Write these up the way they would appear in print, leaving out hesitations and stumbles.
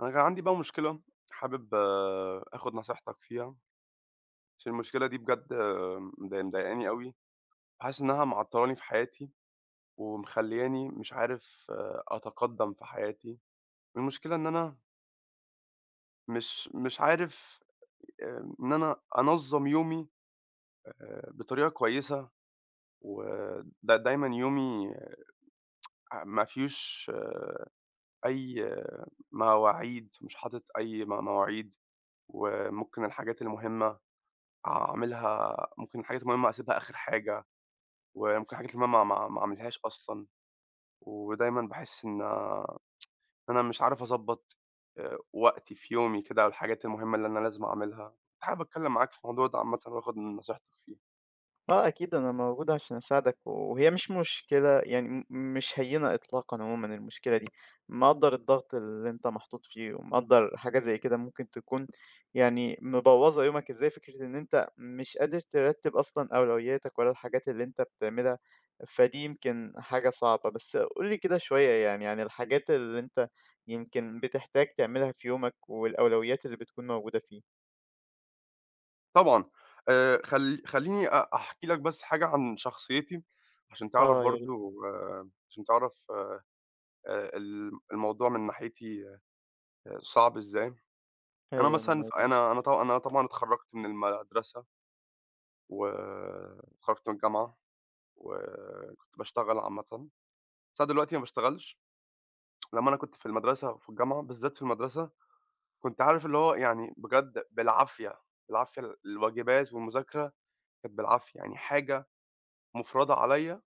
أنا كان عندي بقى مشكلة حابب آخُد نصيحتك فيها، عشان المشكلة دي بجد مضايقاني أوي، وحاسس إنها معطّلاني في حياتي، ومخلّياني مش عارف أتقدّم في حياتي. المشكلة إن أنا مش عارف إن أنا أنظّم يومي بطريقة كويسة، ودا دايمًا يومي ما فيهوش أي مواعيد، مش حاطط أي مواعيد، وممكن الحاجات المهمة أعملها ممكن الحاجات المهمة أسيبها آخر حاجة، وممكن الحاجات المهمة ما أعملهاش أصلًا، ودايمًا باحس إن أنا مش عارف أضبّط وقتي في يومي كده، والحاجات المهمة اللي أنا لازم أعملها. كنت حابب أتكلم معاك في الموضوع ده عامةً وآخد من نصيحتك فيه. آه أكيد أنا موجود عشان أساعدك، وهي مش مشكلة يعني مش هينة إطلاقًا عمومًا المشكلة دي، مقدّر الضغط اللي أنت محطوط فيه، ومقدّر حاجة زي كده ممكن تكون يعني مبوظة يومك إزاي، فكرة إن أنت مش قادر ترتب أصلًا أولوياتك ولا الحاجات اللي أنت بتعملها، فدي يمكن حاجة صعبة. بس قُل لي كده شوية يعني عن الحاجات اللي أنت يمكن بتحتاج تعملها في يومك، والأولويات اللي بتكون موجودة فيه. طبعًا خلّيني أحكي لك بس حاجة عن شخصيتي عشان تعرف آه يا ريت، برضه عشان تعرف الموضوع من ناحيتي آه، صعب إزاي. أنا أيوه أنا مثلًا ف موجود، أنا أنا ط أنا طبعًا اتخرّجت من المدرسة واتخرّجت من الجامعة، وكنت باشتغل عامةً، بس أنا دلوقتي ما باشتغلش. لمّا أنا كنت في المدرسة وفي الجامعة، بالذات في المدرسة، كنت عارف اللي هو يعني بجد بالعافية، بالعافية الواجبات والمذاكرة كانت بالعافية، يعني حاجة مُفرَضة عليّا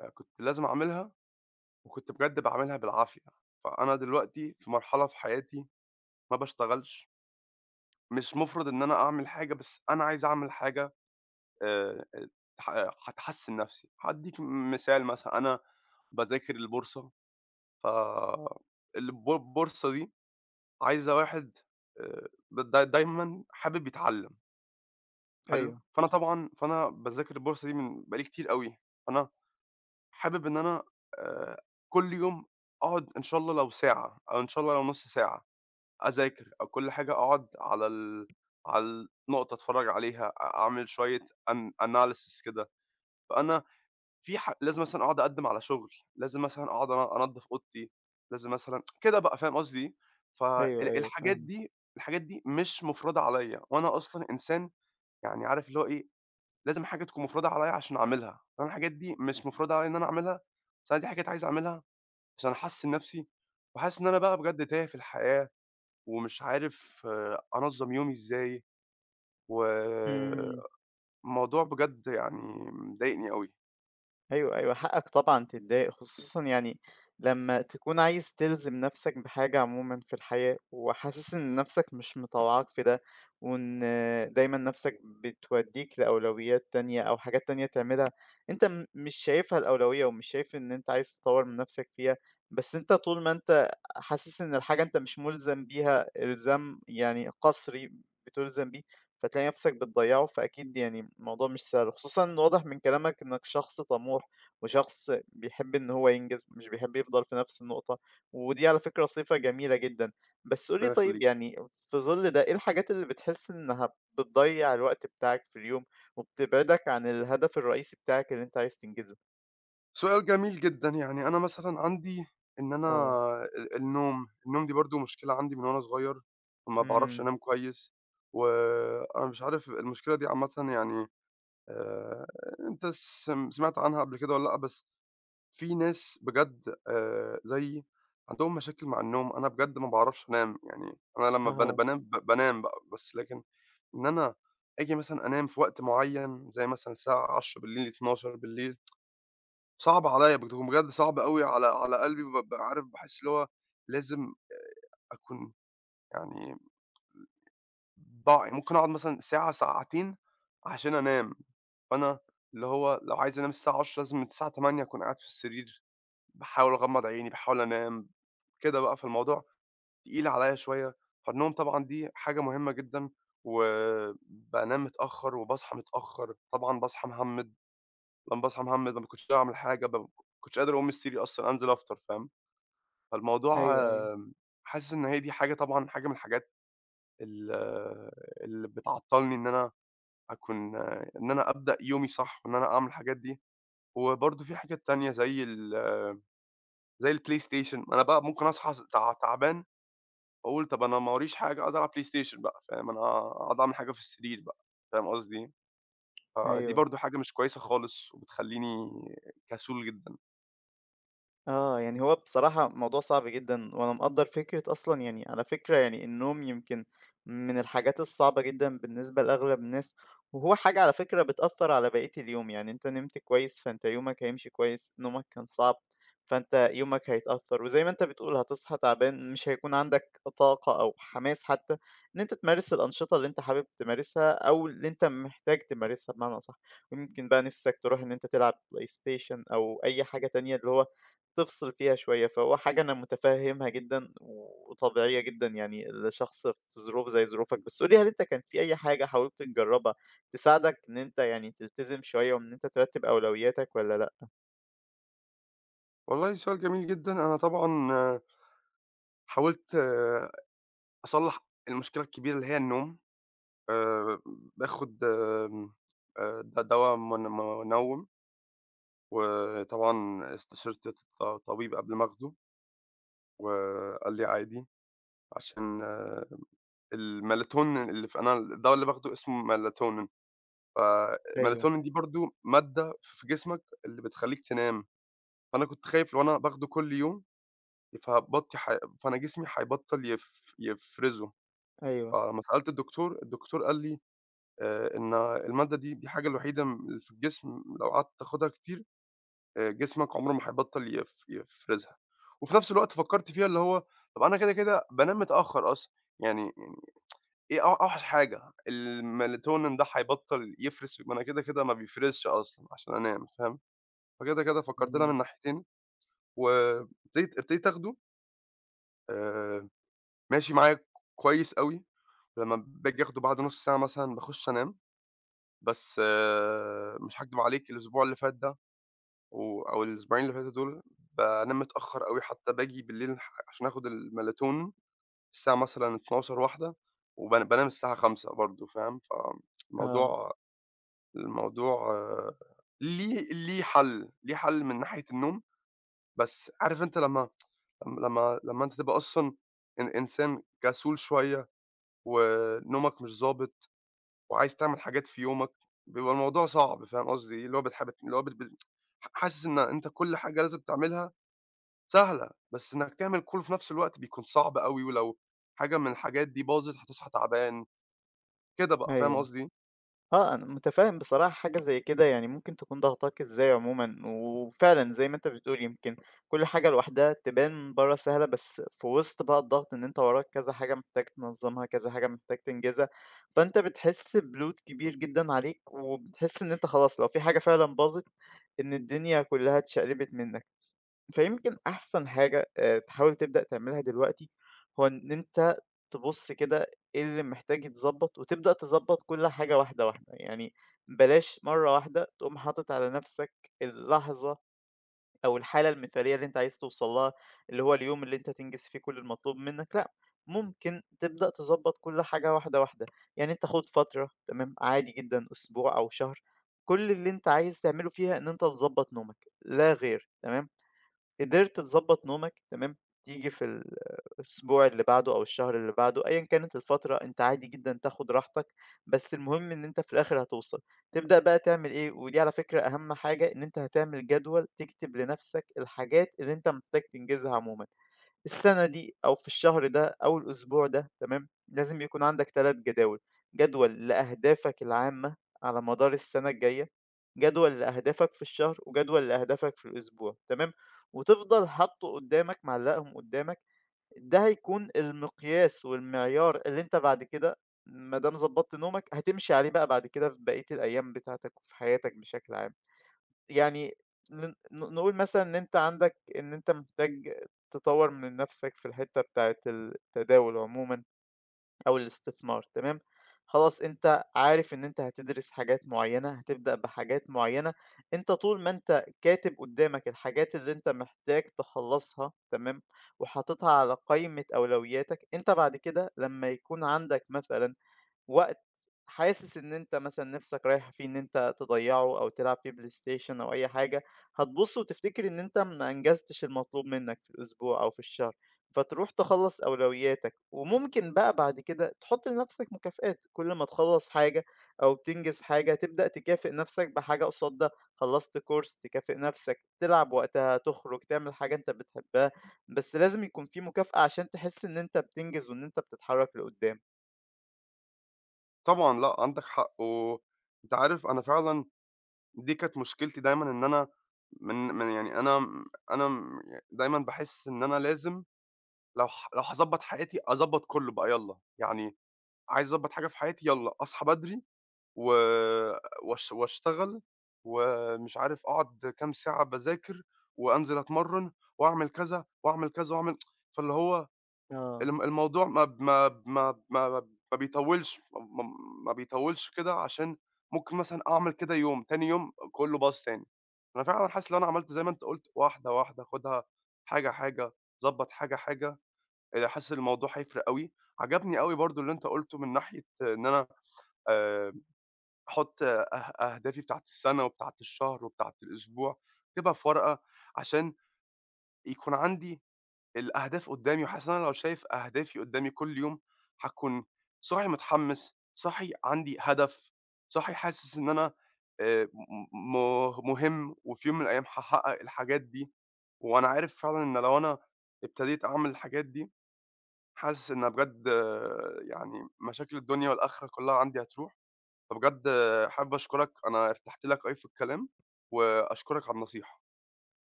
كنت لازم أعملها وكنت بجد باعملها بالعافية. فأنا دلوقتي في مرحلة في حياتي ما باشتغلش، مش مُفرَض إن أنا أعمل حاجة، بس أنا عايز أعمل حاجة آآ ح هتحسّن نَفْسي. هادّيك مثال مثلًا، أنا باذاكر البورصة، ف البورصة دي عايزة واحد د د دايمًا حابب يتعلّم، حلو؟ أيوه، فأنا طبعًا فأنا باذاكر البورصة دي من بقى لي كتير أوي، فأنا حابب إن أنا آآ كل يوم أقعد إن شاء الله لو ساعة أو إن شاء الله لو نُص ساعة أذاكر أو كل حاجة أقعد على النقطة أتفرّج عليها، أعمل شوية an analysis كده. فأنا في ح لازم مثلًا أقعد أقدّم على شغل، لازم مثلًا أقعد أن أنضّف أوضتي، لازم مثلًا كده بقى فاهم قصدي إيه؟ أيوه، أيوه الحاجات فاهمك. دي الحاجات دي مش مُفرَضة عليّا، وأنا أصلًا إنسان يعني عارف اللي هو إيه، لازم حاجة تكون مُفرَضة عليّا عشان أعملها، فأنا الحاجات دي مش مُفرَضة عليّا إن أنا أعملها، بس أنا دي حاجات عايز أعملها عشان أحسّن نَفْسي، وحاسس إن أنا بقى بجد تايه في الحياة ومش عارف أنظّم يومي إزاي، إمم. والموضوع بجد يعني مضايقني أوي، أيوه، أيوه، حقك طبعًا تتضايق، خصوصًا يعني لمّا تكون عايز تلزم نَفْسك بحاجة عمومًا في الحياة، وحاسس إن نَفْسك مش مطوّعاك في ده، وإن دايمًا نَفْسك بتودّيك لأولويات تانية أو حاجات تانية تعملها أنت مش شايفها الأولوية، ومش شايف إن أنت عايز تطوّر من نَفْسك فيها، بس أنت طول ما أنت حاسس إن الحاجة أنت مش مُلزم بيها إلزام يعني قَصري بتُلزم بيه، فتلاقي نَفْسك بتضيّعه، فأكيد يعني الموضوع مش سهل، خصوصًا إن واضح من كلامك إنّك شخص طموح. وشخص بيحب إن هو ينجز، مش بيحب يفضل في نفس النقطة، ودي على فكرة صفة جميلة جدًا. بس قُل لي ربنا طيب يخليك. يعني في ظل ده إيه الحاجات اللي بتحس إنها بتضيّع الوقت بتاعك في اليوم، وبتبعدك عن الهدف الرئيسي بتاعك اللي أنت عايز تنجزه؟ سؤال جميل جدًا، يعني أنا مثلًا عندي إن أنا آه، النوم، النوم دي برضه مشكلة عندي من وأنا صغير، ما باعرفش إمم، أنام كويس، وأنا مش عارف المشكلة دي عامةً يعني آآ، أنت سمعت عنها قبل كده والّا لأ؟ بس في ناس بجد زيي عندهم مشاكل مع النوم، أنا بجد ما باعرفش أنام، يعني أنا لمّا أها، بانام بانام بقى، بس لكن إن أنا آجي مثلًا أنام في وقت معين زي مثلًا الساعة 22:00 00:00، 00:00 صعب عليَّ بتكون بجد صعب أوي على على قلبي، بابقى عارف باحس اللي هو لازم أكون يعني ضاع ممكن أقعد مثلًا ساعة، ساعتين عشان أنام، فأنا اللي هو لو عايز أنام الساعة 22:00 لازم من الساعة 08:00 أكون قاعد في السرير، باحاول أغمّض عيني، باحاول أنام، كده بقى، فالموضوع تقيل عليَّ شوية، فالنوم طبعًا دي حاجة مهمة جدًا، وبانام متأخر وباصحى متأخر، طبعًا باصحى مهمّد، لمّا باصحى مهمّد ما باكونش قادر أعمل حاجة، ما باكونش قادر أقوم من السرير أصلًا أنزل أفطر، فاهم؟ فالموضوع أيوه، أيوه، آمم، حاسس إن هي دي حاجة طبعًا حاجة من الحاجات ال اللي بتعطّلني إن أنا أكون إن أنا أبدأ يومي صح وإن أنا أعمل الحاجات دي، وبرضه في حاجات تانية زي ال آه، زي الPlayStation أنا بقى ممكن أصحى س تع تعبان وأقول طَب أنا ما ورايش حاجة أقعد ألعب PlayStation بقى فاهم، أنا أقعد أعمل حاجة في السرير بقى، فاهم قصدي؟ فدي أيوه. برضه حاجة مش كويسة خالص وبتخلّيني كسول جدًا. آه، يعني هو بصراحة موضوع صعب جدًا، وأنا مقدّر فكرة أصلًا يعني على فكرة يعني النوم يمكن من الحاجات الصعبة جدًا بالنسبة لأغلب الناس، وهو حاجة على فكرة بتأثّر على بقية اليوم، يعني أنت نمت كويس فأنت يومك هيمشي كويس، نومك كان صعب فأنت يومك هيتأثّر، وزي ما أنت بتقول هتصحى تعبان مش هيكون عندك طاقة أو حماس حتى إن أنت تمارس الأنشطة اللي أنت حابب تمارسها أو اللي أنت محتاج تمارسها بمعنى أصح، ويمكن بقى نِفْسك تروح إن أنت تلعب PlayStation أو أي حاجة تانية اللي هو تفصل فيها شوية، فهو حاجة أنا متفهمها جدًا وطبيعية جدًا يعني لشخص في ظروف زي ظروفك، بس قُل لي هل أنت كان في أي حاجة حاولت تجربها تساعدك إن أنت يعني تلتزم شوية وإن أنت ترتب أولوياتك والّا لأ؟ والله سؤال جميل جدًا، أنا طبعًا حاولت أصلّح المشكلة الكبيرة اللي هي النوم. آآ باخد آمم آآ دوا من منوِّم، وطبعًا استشرت طبيب قبل ما آخده، وقال لي عادي عشان الMelatonin اللي أنا الدوا اللي باخده اسمه Melatonin، أيوه، فMelatonin دي برضه مادة في جسمك اللي بتخلّيك تنام، فأنا كنت خايف لو أنا باخده كل يوم فبطني ح فأنا جسمي هيبطّل يفرزه، أيوه، فلمّا سألت الدكتور، الدكتور قال لي إن المادة دي الحاجة الوحيدة في الجسم لو قعدت تاخدها كتير جسمك عمره ما هيبطّل يفرزها. وفي نفس الوقت فكّرت فيها اللي هو طب أنا كده، كده بانام متأخّر أصلًا، يعني إيه أو أوحش حاجة الmelatonin ده هيبطّل يفرز، ما أنا كده، كده ما بيفرزش أصلًا عشان أنام فاهم؟ فكده، كده فكّرت لها إمم، من ناحيتين ابتديت آخده آآ ماشي معايا كويس أوي، لمّا باجي آخده بعد نُص ساعة مثلًا باخُش أنام. بس آه، مش هاكدب عليك الأسبوع اللي فات ده أو الأسبوعين اللي فاتوا دول بانام متأخر أوي، حتى باجي بالليل عشان آخد الMelatonin الساعة مثلًا 00:00، 01:00 بانام الساعة 05:00 برضه فاهم؟ آه، فالموضوع الموضوع آه، ليه حل من ناحية النوم، بس عارف أنت لمّا لمّا أنت تبقى أصلًا إنسان كسول شوية ونومك مش ضابط وعايز تعمل حاجات في يومك، بيبقى الموضوع صعب فاهم قصدي إيه، اللي هو بتح اللي هو بت بت ح حاسس إن أنت كل حاجة لازم تعملها سهلة، بس إنّك تعمل كلّه في نفس الوقت بيكون صعب أوي، ولو حاجة من الحاجات دي باظت هتصحى تعبان، كده بقى فاهم أيوه. قصدي إيه؟ آه، أنا متفهم بصراحة حاجة زي كده يعني ممكن تكون ضاغطاك إزاي عمومًا، وفعلًا زي ما أنت بتقول يمكن كل حاجة لوحدها تبان من برّه سهلة، بس في وسط بقى الضغط إن أنت وراك كذا حاجة محتاج تنظمها، كذا حاجة محتاج تنجزها، فأنت بتحس بload كبير جدًا عليك، وبتحس إن أنت خلاص لو في حاجة فعلًا باظت إن الدنيا كلها اتشقلبت منك. فيمكن أحسن حاجة تحاول تبدأ تعملها دلوقتي، هو إن أنت تبُص كده إيه اللي محتاج يتضبّط وتبدأ تضبّط كل حاجة واحدة، واحدة، يعني بلاش مرّة واحدة تقوم حاطط على نَفْسك اللحظة أو الحالة المثالية اللي أنت عايز توصل لها، اللي هو اليوم اللي أنت تنجز فيه كل المطلوب منّك، لأ، ممكن تبدأ تضبّط كل حاجة واحدة، واحدة، يعني أنت خُد فترة تمام، عادي جدًا أسبوع أو شهر، كل اللي أنت عايز تعمله فيها إن أنت تضبّط نومك، لا غير، تمام؟ قدرت تضبّط نومك تمام، تيجي في الأسبوع اللي بعده أو الشهر اللي بعده أيًا كانت الفترة، أنت عادي جدًا تاخد راحتك، بس المهم إن أنت في الآخر هتوصل. تبدأ بقى تعمل إيه، ودي على فكرة أهم حاجة، إن أنت هتعمل جدول تكتب لنفسك الحاجات اللي أنت محتاج تنجزها عمومًا. السنة دي أو في الشهر ده أو الأسبوع ده تمام، لازم يكون عندك 3 جداول، جدول لأهدافك العامة على مدار السنة الجاية، جدول لأهدافك في الشهر، وجدول لأهدافك في الأسبوع تمام، وتفضل حاطه قدامك معلقهم قدامك، ده هيكون المقياس والمعيار اللي أنت بعد كده ما دام ضبطت نومك هتمشي عليه بقى بعد كده في بقية الأيام بتاعتك وفي حياتك بشكل عام. يعني ن ن نقول مثلًا إن أنت عندك إن أنت محتاج تطوّر من نَفْسك في الحتّة بتاعة التداول عمومًا أو الاستثمار تمام، خلاص أنت عارف إن أنت هتدرس حاجات معيّنة، هتبدأ بحاجات معيّنة، أنت طول ما أنت كاتب قدّامك الحاجات اللي أنت محتاج تخلّصها تمام، وحاططها على قايمة أولوياتك، أنت بعد كده لمّا يكون عندك مثلًا وقت حاسس إن أنت مثلًا نِفْسك رايحة فيه إن أنت تضيّعه أو تلعب فيه بلاي ستيشن أو أي حاجة، هتبُص وتفتكر إن أنت ما أنجزتش المطلوب منّك في الأسبوع أو في الشهر، فتروح تخلّص أولوياتك، وممكن بقى بعد كده تحُط لنَفْسك مكافآت، كل ما تخلّص حاجة أو تنجز حاجة تبدأ تكافئ نَفْسك بحاجة قصاد ده، خلّصت course تكافئ نَفْسك، تلعب وقتها، تخرج، تعمل حاجة أنت بتحبها، بس لازم يكون في مكافأة عشان تحس إن أنت بتنجز وإن أنت بتتحرّك لقُدّام. طبعًا لأ، عندك حق، وأنت عارف أنا فعلًا دي كانت مشكلتي دايمًا إن أنا من من يعني أنا م أنا م ي دايمًا باحس إن أنا لازم لو هاضبّط حياتي أضبّط كلّه بقى يالّا، يعني عايز أضبّط حاجة في حياتي يالّا، أصحى بدري و واشتغل، ومش عارف أقعد كام ساعة باذاكر، وأنزل أتمرّن، وأعمل كذا، وأعمل كذا، وأعمل فاللي هو آه. الموضوع ما ب ما ب ما ب ما ما ما بيطوّلش م م ما بيطوّلش كده عشان ممكن مثلًا أعمل كده يوم، تاني يوم كُلّه باظ تاني. أنا فعلًا حاسس لو أنا عملت زي ما أنت قُلت واحدة، واحدة، خُدها حاجة، حاجة، ضبّط حاجة، حاجة، حاسس الموضوع هيفرق أوي. عجبني أوي برضه اللي أنت قُلته من ناحية إن أنا آآ أحُط أه أهدافي بتاعة السَنة وبتاعة الشهر وبتاعة الأسبوع، تبقى في ورقة عشان يكون عندي الأهداف قُدّامي، وحاسس إن أنا لو شايف أهدافي قُدّامي كل يوم، هاكون صاحي متحمّس، صاحي عندي هدف، صاحي حاسس إن أنا م م مهم وفي يوم من الأيام هاحقّق الحاجات دي، وأنا عارف فعلًا إن لو أنا ابتديت أعمل الحاجات دي، حاسس إن بجد آه، يعني مشاكل الدنيا والآخرة كُلّها عندي هتروح. فبجد حابب أشكرك، أنا ارتحت لك أوي في الكلام، وأشكرك على النصيحة.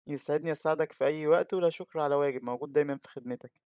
يسعدني أساعدك في أي وقت ولا شكر على واجب موجود دايما في خدمتك